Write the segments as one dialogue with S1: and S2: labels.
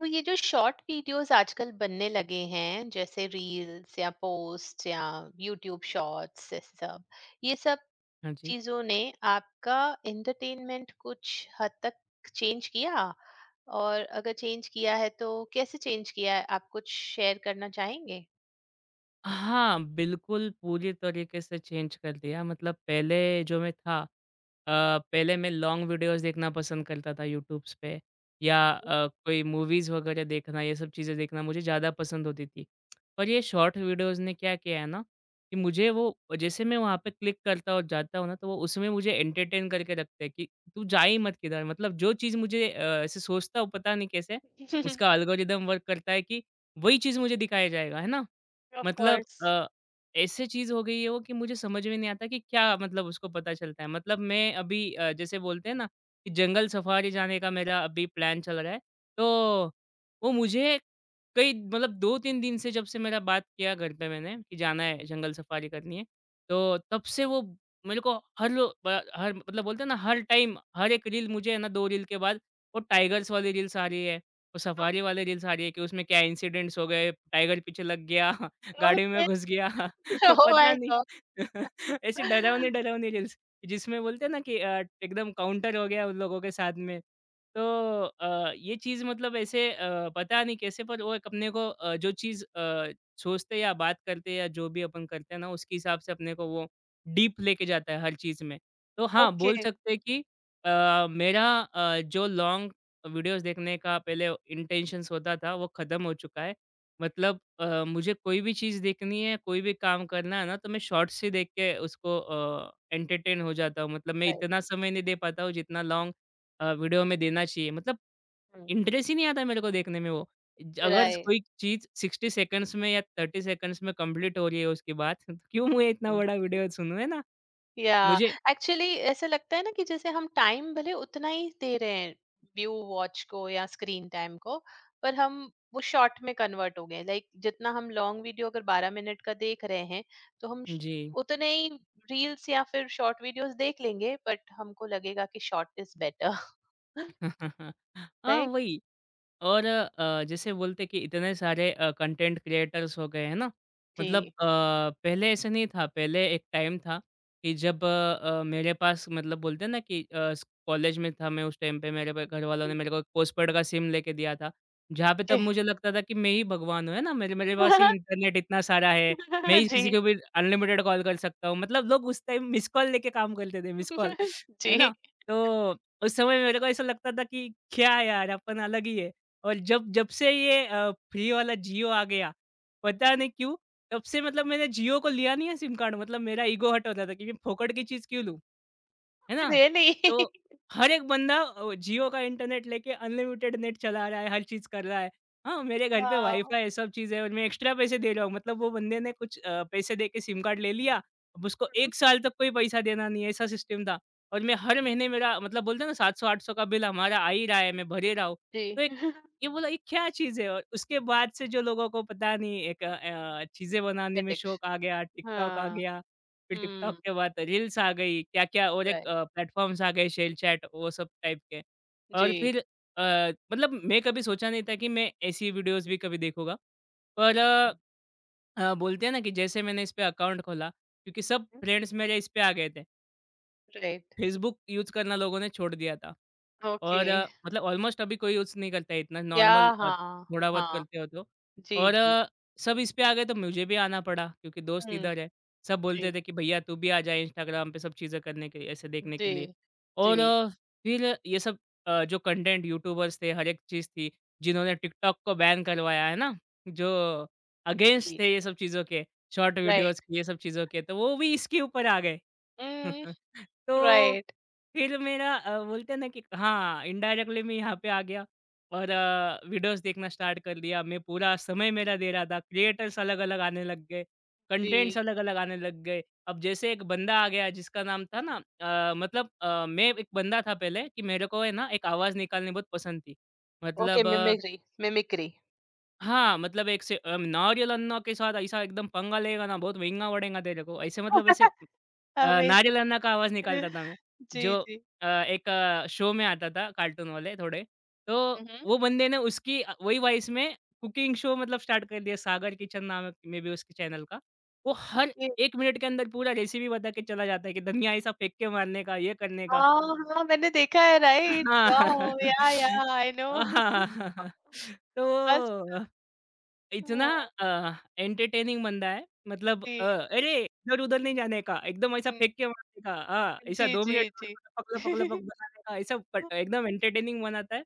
S1: तो ये जो शॉर्ट वीडियोस आजकल बनने लगे हैं जैसे रील्स या पोस्ट या यूट्यूब शॉर्ट्स, ये सब ये सब
S2: हाँ जी।
S1: चीजों ने आपका एंटरटेनमेंट कुछ हद तक चेंज किया। और अगर चेंज किया है तो कैसे चेंज किया है, आप कुछ शेयर करना चाहेंगे।
S2: हाँ, बिल्कुल पूरी तरीके से चेंज कर दिया मतलब पहले जो मैं था। पहले मैं लॉन्ग वीडियोज़ देखना पसंद करता था यूट्यूब्स पे या कोई मूवीज़ वगैरह देखना ये सब चीज़ें देखना मुझे ज़्यादा पसंद होती थी। पर ये शॉर्ट वीडियोज़ ने क्या किया है ना, कि मुझे वो जैसे मैं वहाँ पे क्लिक करता और जाता हूँ ना, तो वो उसमें मुझे एंटरटेन करके रखते हैं कि तू जा ही मत किधर मतलब जो चीज़ मुझे ऐसे सोचता हूँ पता नहीं कैसे, उसका एल्गोरिदम वर्क करता है कि वही चीज़ मुझे दिखाया जाएगा, है ना?
S1: ऑफ
S2: मतलब
S1: कोर्स।
S2: ऐसे चीज़ हो गई है वो कि मुझे समझ में नहीं आता कि क्या मतलब उसको पता चलता है। मतलब मैं अभी जैसे बोलते हैं ना कि जंगल सफारी जाने का मेरा अभी प्लान चल रहा है। तो वो मुझे कई मतलब 2-3 दिन से जब से मेरा बात किया घर पे मैंने कि जाना है जंगल सफारी करनी है। तो तब से वो मेरे को हर लो ब हर मतलब बोलते हैं ना हर टाइम हर एक रील मुझे है ना 2 रील के बाद वो टाइगर्स वाली रील्स आ रही है, वो सफारी वाली रील्स आ रही है कि उसमें क्या इंसिडेंट्स हो गए, टाइगर पीछे लग गया। गाड़ी में
S1: ओके।
S2: घुस गया।
S1: ओह
S2: पता
S1: माय
S2: नहीं।
S1: गॉड।
S2: ऐसी डरावनी डरावनी रील्स जिसमें बोलते हैं ना कि एकदम काउंटर हो गया उन लोगों के साथ में। तो ये चीज़ मतलब ऐसे पता नहीं कैसे पर वो एक अपने को जो चीज़ सोचते या बात करते या जो भी अपन करते हैं ना उसके हिसाब से अपने को वो डीप लेके जाता है हर चीज़ में। तो हाँ
S1: ओके।
S2: बोल सकते हैं कि मेरा जो लॉन्ग वीडियोस देखने का पहले इंटेंशंस होता था वो ख़त्म हो चुका है। मतलब मुझे कोई भी चीज़ देखनी है, कोई भी काम करना है ना, तो मैं शॉर्ट्स ही देख के उसको एंटरटेन हो जाता हूँ। मतलब मैं
S1: राइट।
S2: इतना समय नहीं दे पाता हूँ, जितना लॉन्ग वीडियो में देना चाहिए। मतलब इंटरेस्ट ही नहीं आता मेरे को देखने में वो। ज अगर
S1: राइट।
S2: कोई चीज़ 60 सेकंड्स में या 30 सेकंड्स में कंप्लीट हो रही है उसकी बात, तो क्यों मैं इतना बड़ा वीडियो सुनूँ, है ना?
S1: या
S2: मुझे
S1: एक्चुअली ऐसा लगता है ना, कि जैसे हम टाइम भले उतना ही दे रहे हैं व्यू वॉच को या स्क्रीन टाइम को, पर हम वो शॉर्ट में कन्वर्ट हो गए। लाइक जितना हम लॉन्ग वीडियो अगर 12 मिनट का देख रहे हैं, तो
S2: जी।
S1: उतने ही रील्स या फिर शॉर्ट वीडियोस देख लेंगे, बट हमको लगेगा कि शॉर्ट इज बेटर।
S2: हाँ,
S1: राइट।
S2: वही। और जैसे बोलते कि इतने सारे कंटेंट क्रिएटर्स हो गए हैं ना। मतलब
S1: जी।
S2: पहले ऐसा नहीं था, पहले एक टाइम था कि जब मेरे पास मतलब बोलते हैं ना कि कॉलेज में था मैं, उस टाइम पे मेरे पे घर वालों ने मेरे को पोस्टपेड का सिम लेके दिया था। जहाँ पे तब
S1: जी।
S2: मुझे लगता था कि मैं ही भगवान हूँ, है ना, मेरे मेरे पास ही इंटरनेट इतना सारा है। मैं ही
S1: जी।
S2: किसी को भी अनलिमिटेड कॉल कर सकता हूँ, मतलब लोग उस टाइम मिस कॉल लेके काम करते थे मिस कॉल, है
S1: जी।
S2: ना। तो उस समय मेरे को ऐसा लगता था कि क्या यार अपन अलग ही है। और जब जब से ये फ्री वाला जियो आ गया, पता नहीं क्यों, तब से मतलब मैंने जियो को लिया नहीं है सिम कार्ड, मतलब मेरा ईगो हर्ट होता था कि मैं फोकट की चीज़ क्यों लूँ? है ना?
S1: रियली।
S2: तो हर एक बंदा जियो का इंटरनेट लेके अनलिमिटेड नेट चला रहा है, हर चीज़ कर रहा है। हाँ, मेरे घर पे
S1: हाँ।
S2: वाईफ़ाई है, सब चीज़ है और मैं एक्स्ट्रा पैसे दे रहा हूँ। मतलब वो बंदे ने कुछ पैसे दे के सिम कार्ड ले लिया, अब उसको 1 साल तक कोई पैसा देना नहीं है, ऐसा सिस्टम था। और मैं हर महीने मेरा मतलब बोलते हैं ना 700-800 का बिल हमारा आ ही रहा है, मैं भरे रहा हूँ।
S1: जी।
S2: तो एक ये बोला ये क्या चीज़ है? और उसके बाद से जो लोगों को पता नहीं एक चीज़ें बनाने में शौक आ
S1: एडिक्शन।
S2: गया, टिकटॉक आ
S1: हाँ।
S2: गया। फिर टिकटॉक
S1: हम्म।
S2: के बाद रील्स आ गई, क्या-क्या और एक प्लेटफ़ॉर्म्स आ गए शेल चैट वो सब टाइप के। और
S1: जी।
S2: फिर अ, मतलब मैं कभी सोचा नहीं था कि मैं ऐसी वीडियोज़ भी कभी देखूँगा। पर बोलते हैं ना कि जैसे मैंने इस पे अकाउंट खोला क्योंकि सब फ्रेंड्स मेरे इस पे आ गए थे।
S1: राइट,
S2: फेसबुक यूज़ करना लोगों ने छोड़ दिया था।
S1: ओके।
S2: और मतलब ऑलमोस्ट अभी कोई यूज़ नहीं करता है इतना
S1: या।
S2: नॉर्मल,
S1: हाँ,
S2: थोड़ा बहुत
S1: हाँ।
S2: करते हो तो।
S1: जी,
S2: और
S1: जी।
S2: सब इस पे आ गए तो मुझे भी आना पड़ा क्योंकि दोस्त
S1: हुँ,
S2: इधर है। सब बोलते
S1: जी,
S2: थे कि भैया तू भी आ जा इंस्टाग्राम पे सब चीज़ें करने के लिए, ऐसे देखने
S1: जी,
S2: के लिए। और
S1: जी,
S2: फिर ये सब जो कंटेंट यूट्यूबर्स थे, हर एक चीज़ थी, जिन्होंने टिकटॉक को बैन करवाया है ना, जो अगेंस्ट
S1: जी।
S2: थे ये सब चीज़ों के, शॉर्ट
S1: राइट।
S2: वीडियोज़ की ये सब चीज़ों के, तो वो भी इसके ऊपर आ गए।
S1: हुँ,
S2: तो
S1: राइट,
S2: फिर मेरा बोलते हैं ना कि हाँ, इनडायरेक्टली मैं यहाँ पे आ गया और वीडियोज़ देखना स्टार्ट कर दिया। मैं पूरा समय मेरा दे रहा था। क्रिएटर्स अलग-अलग आने लग गए,
S1: जी।
S2: कंटेंट्स अलग-अलग आने लग गए। अब जैसे एक बंदा आ गया जिसका नाम था ना, मैं एक बंदा था पहले कि मेरे को है ना एक आवाज़ निकालनी बहुत पसंद थी।
S1: ओके,
S2: मतलब
S1: मिमिक्री, मिमिक्री।
S2: हाँ, मतलब एक से नारियल अन्ना के साथ ऐसा एकदम पंगा लेगा ना बहुत महँगा पड़ेगा तेरे को। ऐसे नारी
S1: अमेज़िंग।
S2: लन्ना का आवाज़ निकालता था मैं,
S1: जी,
S2: जो
S1: जी।
S2: एक शो में आता था कार्टून वाले थोड़े, तो
S1: हुँ, हुँ।
S2: वो बंदे ने उसकी वही वॉइस में कुकिंग शो मतलब स्टार्ट कर दिया, सागर किचन नाम है मेबी उसके चैनल का। वो हर
S1: जी।
S2: 1 मिनट के अंदर पूरा रेसिपी बता के चला जाता है कि धनिया ऐसा फेंक के मारने का, ये करने का
S1: हाँ, हाँ, मैंने देखा है। राइट,
S2: हाँ।
S1: वाओ! या, आई
S2: हाँ,
S1: नो।
S2: हाँ, हाँ, हाँ,
S1: बस।
S2: तो इतना
S1: हाँ,
S2: एंटरटेनिंग बंदा है मतलब
S1: जी।
S2: अरे! इधर-उधर नहीं जाने का, एकदम ऐसा
S1: हुँ,
S2: फेंक के मारने का हाँ, ऐसा
S1: जी,
S2: 2
S1: जी,
S2: मिनट में
S1: जी।
S2: उसको लपक, लपक, लपक बनाने का ऐसा पट एकदम एंटरटेनिंग बनाता है।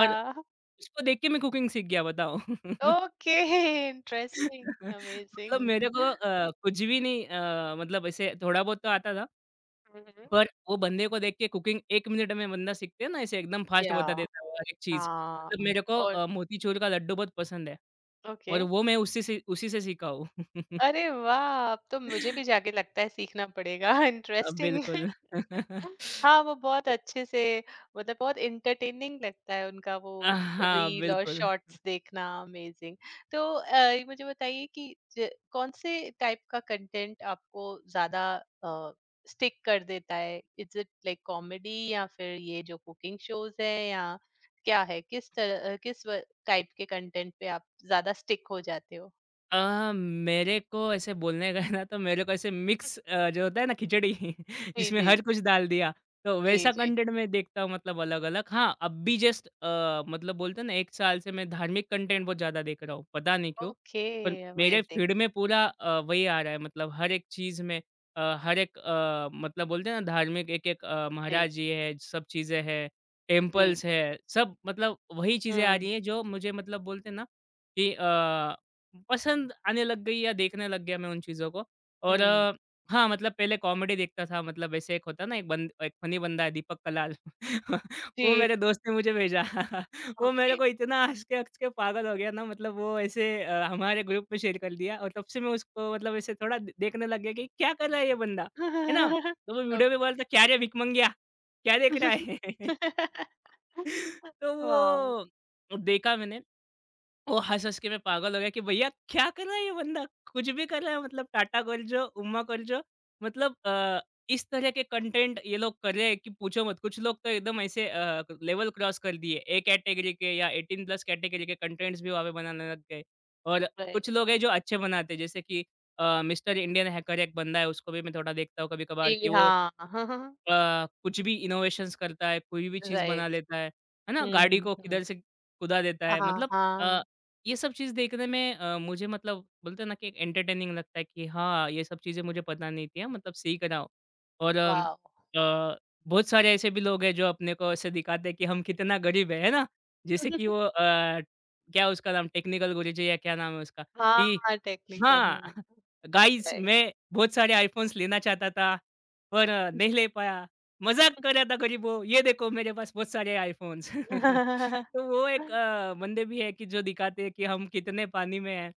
S2: और उसको देख के मैं कुकिंग सीख गया बताओ।
S1: ओके। इंटरेस्टिंग।
S2: मतलब
S1: अमेजिंग।
S2: मेरे को कुछ भी नहीं, मतलब ऐसे थोड़ा बहुत तो आता था,
S1: हम्म।
S2: पर वो बंदे को देख के कुकिंग 1 मिनट में बंदा सीखते हैं ना, ऐसे एकदम फास्ट
S1: या।
S2: बता देता है वो हर एक चीज़। मतलब
S1: हाँ।
S2: मेरे को
S1: और।
S2: मोतीचूर का लड्डू बहुत पसंद है
S1: ओके।
S2: और वो मैं उसी से सीखा हूँ।
S1: अरे वाह, अब तो मुझे भी जाके लगता है सीखना पड़ेगा। इंटरेस्टिंग।
S2: बिल्कुल।
S1: हाँ, वो बहुत अच्छे से, मतलब बहुत एंटरटेनिंग लगता है उनका वो
S2: हाँ,
S1: रील और
S2: बिल्कुल।
S1: शॉर्ट्स देखना। अमेजिंग। तो ये मुझे बताइए कि ज कौन से टाइप का कंटेंट आपको ज़्यादा अ, स्टिक कर देता है? इज़ इट लाइक कॉमेडी, या फिर ये जो कुकिंग शोज़ हैं, या क्या है? किस तरह, किस व टाइप के कंटेंट पे आप ज़्यादा स्टिक हो जाते हो?
S2: मेरे को ऐसे बोलने गए ना तो मेरे को ऐसे मिक्स जो होता है ना खिचड़ी
S1: जी,
S2: जिसमें
S1: जी,
S2: हर
S1: जी।
S2: कुछ डाल दिया, तो
S1: जी,
S2: वैसा
S1: जी।
S2: कंटेंट मैं देखता हूँ मतलब अलग-अलग। हाँ, अब भी जस्ट मतलब बोलते हैं ना 1 साल से मैं धार्मिक कंटेंट बहुत ज़्यादा देख रहा हूँ, पता नहीं क्यों?
S1: ओके।
S2: पर मेरे
S1: अमेजिंग।
S2: फीड में पूरा वही आ रहा है, मतलब हर एक चीज़ में मतलब बोलते हैं ना धार्मिक एक-एक
S1: जी।
S2: महाराज जी है, सब चीज़ें हैं,
S1: जी,
S2: टेम्पल्स
S1: जी।
S2: है, सब मतलब वही चीज़ें आ
S1: हुँ,
S2: रही हैं जो मुझे मतलब बोलते हैं ना कि पसंद आने लग गई या देखने लग गया मैं उन चीज़ों को। और
S1: हुँ।
S2: हाँ, मतलब पहले कॉमेडी देखता था मतलब ऐसे एक होता है ना, एक फ़नी बंदा है दीपक कलाल। वो
S1: जी।
S2: मेरे दोस्त ने मुझे भेजा। वो मेरे
S1: ओके।
S2: को इतना हँस के पागल हो गया ना, मतलब वो ऐसे हमारे ग्रुप में शेयर कर दिया और तब से मैं उसको मतलब ऐसे थोड़ा द देखने लग गया कि क्या कर रहा है ये बंदा, है ना? तो वो वीडियो में बोलता क्या रे भिकमंगिया, क्या देख रहा
S1: ओके।
S2: है? तो
S1: वाओ!
S2: वो देखा मैंने, वो हँस-हँस के मैं पागल हो गया कि भैया क्या कर रहा है ये बंदा? कुछ भी कर रहा है मतलब टाटा कर्जो, उम्मा कर्जो, मतलब इस तरह के कंटेंट ये लोग कर रहे हैं कि पूछो मत। कुछ लोग तो एकदम ऐसे लेवल क्रॉस कर दिए। ए कैटेगरी के या 18 प्लस कैटेगरी के कंटेंट्स भी वहाँ पे बनाने लग गए। और कुछ
S1: राइट।
S2: लोग हैं जो अच्छे बनाते हैं जैसे कि मिस्टर इंडियन हैकर एक बंदा है, उसको भी मैं थोड़ा देखता हूँ कभी-कभार कि
S1: जी,
S2: वो
S1: हाँ।
S2: कुछ भी इनोवेशंस करता है, कोई भी चीज़ बना
S1: राइट।
S2: लेता है ना?
S1: हुँ,
S2: गाड़ी
S1: हुँ,
S2: को
S1: हुँ।
S2: किधर से कुदा देता है
S1: हाँ,
S2: मतलब अ,
S1: हाँ।
S2: ये सब चीज़ देखने में मुझे मतलब बोलते हैं ना कि एंटरटेनिंग लगता है कि हाँ, ये सब चीज़ें मुझे पता नहीं थी, हाँ, मतलब सीख रहा हूँ। और
S1: वाओ!
S2: अ, बहुत सारे ऐसे भी लोग हैं जो अपने को ऐसे दिखाते हैं कि हम कितना गरीब है ना? जैसे कि वो क्या उसका नाम टेक्निकल गुरुजी या क्या नाम है उसका? कि
S1: हाँ, टेक्निकल
S2: हाँ,
S1: है।
S2: Guys
S1: right.
S2: मैं बहुत सारे आईफ़ोन्स लेना चाहता था, पर नहीं ले पाया। मज़ाक कर रहा था गरीबों, ये देखो मेरे पास बहुत सारे आईफ़ोन्स। तो वो एक बंदे भी हैं कि जो दिखाते हैं कि हम कितने पानी में हैं।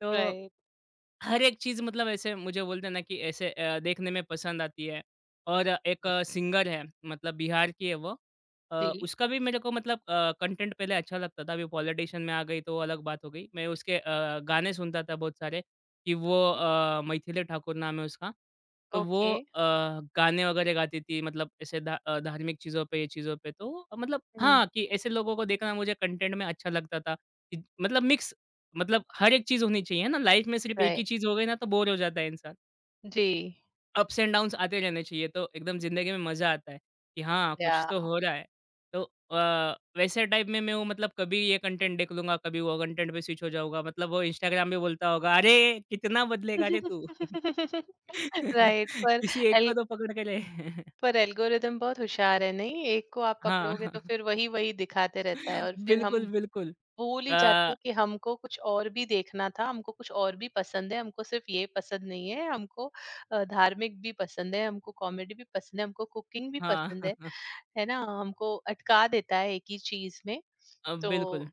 S2: तो
S1: राइट।
S2: हर एक चीज़ मतलब ऐसे मुझे बोलते हैं ना कि ऐसे देखने में पसंद आती है। और एक सिंगर है मतलब बिहार की है वो। अ,
S1: जी।
S2: उसका भी मेरे को मतलब कंटेंट पहले अच्छा लगता था, अभी पॉलिटिशियन में आ गई तो अलग बात हो गई। मैं उसके गाने सुनता था बहुत सारे कि वो मिथिलेश ठाकुर नाम है उसका। तो वो
S1: ओके।
S2: गाने वगैरह गाती थी मतलब ऐसे धार्मिक चीज़ों पे, ये चीज़ों पे। तो मतलब
S1: हुँ।
S2: हाँ, कि ऐसे लोगों को देखना मुझे कंटेंट में अच्छा लगता था। कि मतलब मिक्स मतलब हर एक चीज़ होनी चाहिए ना, लाइफ में सिर्फ़ एक ही
S1: राइट।
S2: चीज़ हो गई ना तो बोर हो जाता है इंसान।
S1: जी।
S2: अप्स एंड डाउन्स आते रहने चाहिए तो एकदम ज़िंदगी में मज़ा आता है कि हाँ, कुछ तो
S1: याह!
S2: हो रहा है। तो वैसे टाइप में मैं हूँ मतलब कभी ये कंटेंट देख लूँगा, कभी वो कंटेंट पे स्विच हो जाऊँगा। मतलब वो इंस्टाग्राम पे बोलता होगा, "अरे! कितना बदलेगा रे तू?
S1: राइट। पर
S2: किसी एक
S1: एल
S2: को तो पकड़ के ले।"
S1: पर एल्गोरिदम बहुत होशियार है, नहीं? एक को आप
S2: हाँ,
S1: पकड़ोगे तो फिर वही-वही दिखाते रहता है, और फिर हम
S2: बिल्कुल, बिल्कुल।
S1: भूल ही
S2: अ,
S1: जाते हैं कि हमको कुछ और भी देखना था, हमको कुछ और भी पसंद है, हमको सिर्फ ये पसंद नहीं है, हमको धार्मिक भी पसंद है, हमको कॉमेडी भी पसंद है, हमको कुकिंग भी
S2: हाँ।
S1: पसंद है। है ना, हमको अटका देता है एक ही चीज में। तो
S2: बिल्कुल,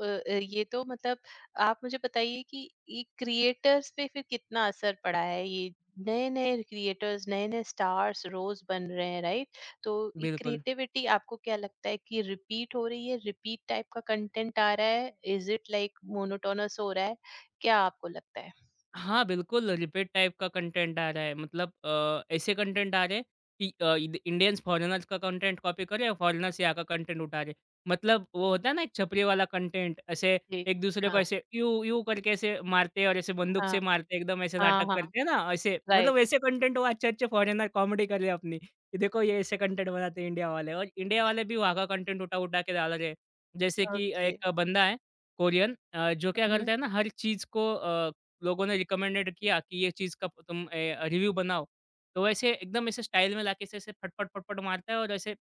S1: ये तो मतलब आप मुझे बताइए कि ये क्रिएटर्स पे फिर कितना असर पड़ा है। ये नए नए क्रिएटर्स, नए नए स्टार्स रोज बन रहे हैं, राइट? तो ये
S2: बिल्कुल।
S1: क्रिएटिविटी, आपको क्या लगता है कि रिपीट हो रही है? रिपीट टाइप का कंटेंट आ रहा है? इज इट लाइक मोनोटोनस हो रहा है क्या, आपको लगता है?
S2: हाँ, बिल्कुल रिपीट टाइप का कंटेंट आ रहा है। मतलब ऐसे कंटेंट आ रहे हैं कि इंडियंस फॉरेनर्स का कंटेंट कॉपी कर रहे हैं और फॉरेनर्स यहाँ का कंटेंट उठा रहे हैं। मतलब वो होता है ना एक छपरी वाला कंटेंट, ऐसे
S1: जी।
S2: एक दूसरे को
S1: हाँ।
S2: ऐसे यूँ यूँ करके ऐसे मारते हैं और ऐसे बंदूक
S1: हाँ।
S2: से मारते हैं, एकदम ऐसे
S1: हाँ,
S2: नाटक
S1: हाँ।
S2: करते हैं ना, ऐसे मतलब
S1: राइट।
S2: वैसे कंटेंट वो अच्छे-अच्छे फॉरेनर कॉमेडी कर रहे हैं अपनी, कि देखो ये ऐसे कंटेंट बनाते हैं इंडिया वाले और इंडिया वाले भी वहाँ का कंटेंट उठा-उठा के डाल रहे हैं। जैसे कि
S1: ओके।
S2: एक बंदा है कोरियन जो क्या करता है ना हर चीज़ को लोगों ने रिकमेंडेड किया कि ये चीज़ का तुम रिव्यू बनाओ। तो वैसे एकदम ऐसे स्टाइल में लाके ऐसे-ऐसे फटफट-फटफट मारता है और ऐसे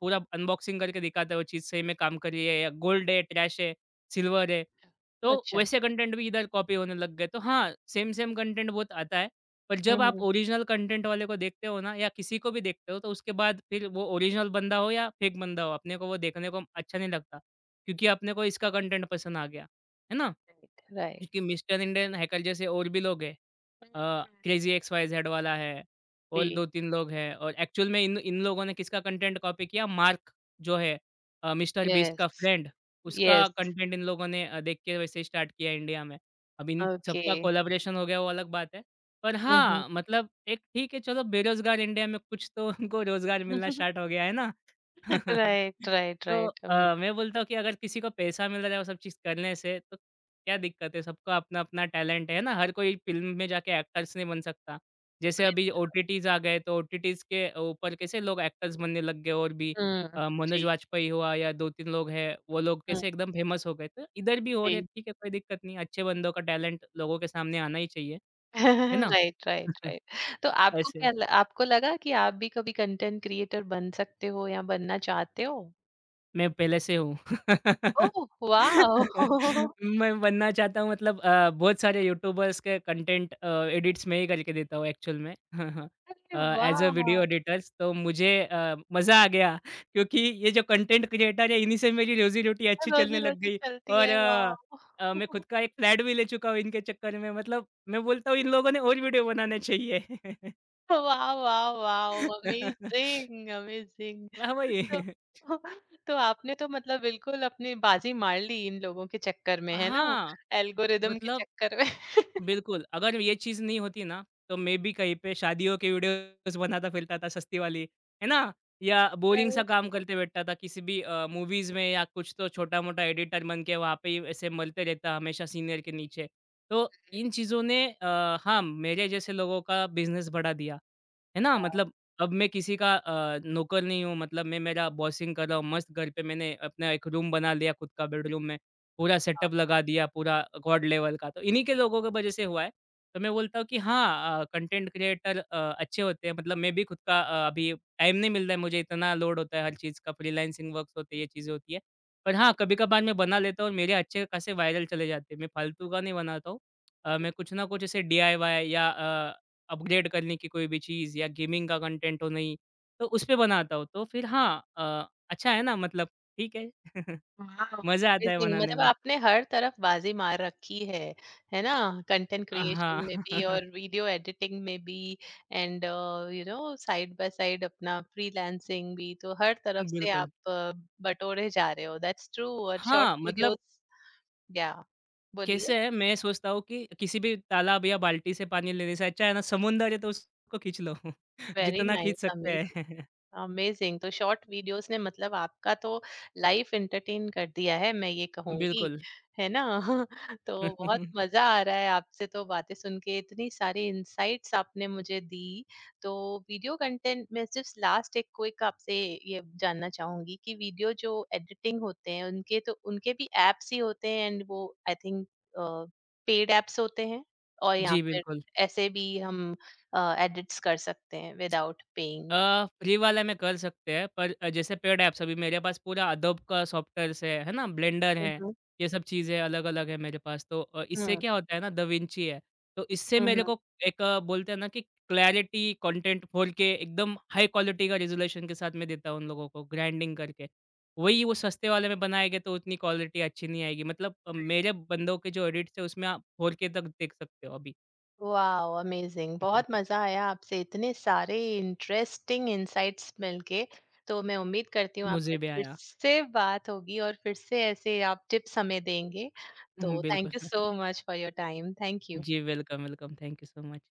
S2: पूरा अनबॉक्सिंग करके दिखाता है वो चीज़ सही में काम कर रही है या गोल्ड है, ट्रैश है, सिल्वर है। तो
S1: अच्छा।
S2: वैसे कंटेंट भी इधर कॉपी होने लग गए। तो हाँ, सेम-सेम कंटेंट बहुत आता है। पर जब आप
S1: हम्म।
S2: ओरिजिनल कंटेंट वाले को देखते हो ना या किसी को भी देखते हो तो उसके बाद फिर वो ओरिजिनल बंदा हो या फेक बंदा हो, अपने को वो देखने को अच्छा नहीं लगता। क्योंकि अपने को इसका कंटेंट पसंद आ गया। है ना?
S1: राइट।
S2: क्योंकि मिस्टर इंडियन हैकर जैसे और भी लोग हैं
S1: Mhm.
S2: अ, क्रेज़ी एक्स वाई ज़ेड वाला है और
S1: जी।
S2: 2-3 लोग हैं और एक्चुअल में इन इन लोगों ने किसका कंटेंट कॉपी किया मार्क जो है मिस्टर बीस्ट
S1: Yes,
S2: का फ्रेंड उसका
S1: yes.
S2: कंटेंट इन लोगों ने देख के वैसे स्टार्ट किया इंडिया में। अब इन सबका
S1: Okay.
S2: कोलैबोरेशन हो गया वो अलग बात है। पर
S1: Mhm.
S2: हाँ, मतलब एक ठीक है चलो बेरोज़गार इंडिया में कुछ तो उनको रोज़गार मिलना स्टार्ट हो गया है ना।
S1: Right, right,
S2: तो
S1: right. Amazing,
S2: मैं बोलता हूँ कि अगर किसी को पैसा मिल रहा है वो सब चीज़ करने से तो क्या दिक्कत है? सबका अपना-अपना टैलेंट है ना, हर कोई फ़िल्म में जाके एक्टर्स नहीं बन सकता। जैसे
S1: very.
S2: अभी ओटीटीज़ आ गए तो ओटीटीज़ के ऊपर कैसे लोग एक्टर्स बनने लग गए और भी
S1: हुँ,
S2: मनोज
S1: जी,
S2: वाजपेयी हुआ या 2-3 लोग हैं, वो लोग
S1: हुँ,
S2: कैसे एकदम फ़ेमस हो गए। तो इधर भी हो रहे हैं
S1: जी।
S2: ठीक है, कोई दिक्कत नहीं। अच्छे बंदों का टैलेंट लोगों के सामने आना ही चाहिए, है ना?
S1: Right, right, right. तो आपको
S2: ऐसे।
S1: क्या ल आपको लगा कि आप भी कभी कंटेंट क्रिएटर बन सकते हो या बनना चाहते हो?
S2: मैं पहले से हूँ।
S1: ओह! वाओ!
S2: मैं बनना चाहता हूँ मतलब बहुत सारे यूट्यूबर्स के कंटेंट एडिट्स मैं ही करके देता हूँ एक्चुअल में।
S1: अरे
S2: अ, एज़ अ वीडियो
S1: वाह!
S2: एडिटर्स तो मुझे मज़ा आ गया क्योंकि ये जो कंटेंट क्रिएटर है इन्हीं से मेरी रोज़ी-रोटी अच्छी चलने लग
S1: रोज़ी-रोटी
S2: गई
S1: चलती
S2: और
S1: है, वाओ!
S2: मैं खुद का एक फ्लैट भी ले चुका हूँ इनके चक्कर में मतलब मैं बोलता हूँ इन लोगों ने और वीडियो बनाने चाहिए।
S1: वाह, वाह, वाह! Amazing, amazing!
S2: हाँ,
S1: तो
S2: वही।
S1: तो आपने तो मतलब बिल्कुल अपनी बाजी मार ली इन लोगों के चक्कर में, है ना?
S2: हाँ,
S1: एल्गोरिदम के
S2: मतलब
S1: चक्कर में।
S2: बिल्कुल, अगर ये चीज़ नहीं होती ना, तो मैं भी कहीं पे शादियों के वीडियोज़ बनाता फिरता था सस्ती वाली, है ना? या बोरिंग सा
S1: राइट।
S2: काम करते बैठता था किसी भी मूवीज़ में या कुछ तो छोटा-मोटा एडिटर बन के वहाँ पे ही ऐसे मलते रहता हमेशा सीनियर के नीचे। तो इन चीज़ों ने हाँ, मेरे जैसे लोगों का बिज़नेस बढ़ा दिया, है ना?
S1: वाव!
S2: मतलब अब मैं किसी का नौकर नहीं हूँ, मतलब मैं मेरा बॉसिंग कर रहा हूँ, मस्त घर पे मैंने अपना एक रूम बना लिया खुद का बेडरूम में। पूरा सेटअप लगा दिया, पूरा गॉड लेवल का। तो इन्हीं के लोगों की वजह से हुआ है। तो मैं बोलता हूँ कि हाँ कंटेंट क्रिएटर अच्छे होते हैं। मतलब मैं भी खुद का अभी टाइम नहीं मिल रहा है मुझे, इतना लोड होता है हर चीज़ का, फ्रीलांसिंग वर्क्स होते हैं, ये चीज़ें होती है। पर हाँ, कभी-कभार मैं बना लेता हूँ और मेरे अच्छे खासे वायरल चले जाते हैं। मैं फालतू का नहीं बनाता हूँ। मैं कुछ ना कुछ ऐसे डीआईवाई या अपग्रेड करने की कोई भी चीज़ या गेमिंग का कंटेंट हो नहीं, तो उसपे बनाता हूँ। तो फिर हाँ अ, अच्छा है ना मतलब ठीक है।
S1: वाव!
S2: मज़ा आता है
S1: अमेज़िंग,
S2: बनाने
S1: मतलब
S2: में।
S1: आपने हर तरफ बाजी मार रखी है ना? कंटेंट क्रिएशन में
S2: हाँ।
S1: भी और वीडियो एडिटिंग में भी। And you know side by side अपना फ्रीलांसिंग भी, तो हर तरफ से
S2: बिल्कुल।
S1: आप बटोरे जा रहे हो। That's true. और शॉर्ट
S2: हाँ, मतलब
S1: वीडियोज़। Yeah. Would you?
S2: कैसे है मैं सोचता हूँ कि किसी भी तालाब या बाल्टी से पानी लेने से अच्छा है ना समुंदर है तो उसको खींच लो
S1: Very
S2: जितना खींच
S1: nice.
S2: सकते
S1: Amazing.
S2: हैं।
S1: अमेजिंग, तो शॉर्ट वीडियोस ने मतलब आपका तो लाइफ एंटरटेन कर दिया है, मैं ये कहूंगी।
S2: बिल्कुल।
S1: है ना? तो बहुत मजा आ रहा है आपसे तो, बातें सुन के इतनी सारी इंसाइट्स आपने मुझे दी। तो वीडियो कंटेंट में सिर्फ लास्ट एक क्विक आपसे ये जानना चाहूंगी कि वीडियो जो एडिटिंग होते हैं उनके, तो उनके भी एप्स ही होते हैं, एंड वो आई थिंक पेड एप्स होते हैं, और यहाँ
S2: जी,
S1: पर
S2: बिल्कुल।
S1: ऐसे भी हम एडिट्स कर सकते हैं विदाउट पेइंग?
S2: फ्री वाला में कर सकते हैं, पर जैसे पेड ऐप्स अभी मेरे पास पूरा अडोब का सॉफ्टवेयर्स है ना? ब्लेंडर है, ये सब
S1: जी।
S2: चीज़ें अलग-अलग है मेरे पास। तो इससे
S1: हुँ,
S2: क्या होता है ना डविंची है, तो इससे
S1: हुँ,
S2: मेरे
S1: हुँ।
S2: को एक बोलते हैं ना कि क्लैरिटी, कंटेंट 4K एकदम हाई क्वालिटी का रिज़ॉल्यूशन के साथ मैं देता हूँ उन लोगों को ग्राइंडिंग करके। वही वो सस्ते वाले में बनाएँगे तो उतनी क्वालिटी अच्छी नहीं आएगी। मतलब मेरे बंदों के जो एडिट्स है उसमें आप 4K तक देख सकते हो अभी।
S1: वॉव! अमेज़िंग, बहुत मज़ा आया आपसे, इतने सारे इंटरेस्टिंग इनसाइट्स मिलके। तो मैं उम्मीद करती हूँ
S2: मुझे
S1: आपसे
S2: भी
S1: फिर
S2: आया।
S1: से बात होगी और फिर से ऐसे आप टिप्स हमें देंगे। तो
S2: बिल्कुल।
S1: Thank you so much for your time. Thank you.
S2: जी, welcome, welcome. Thank you so much.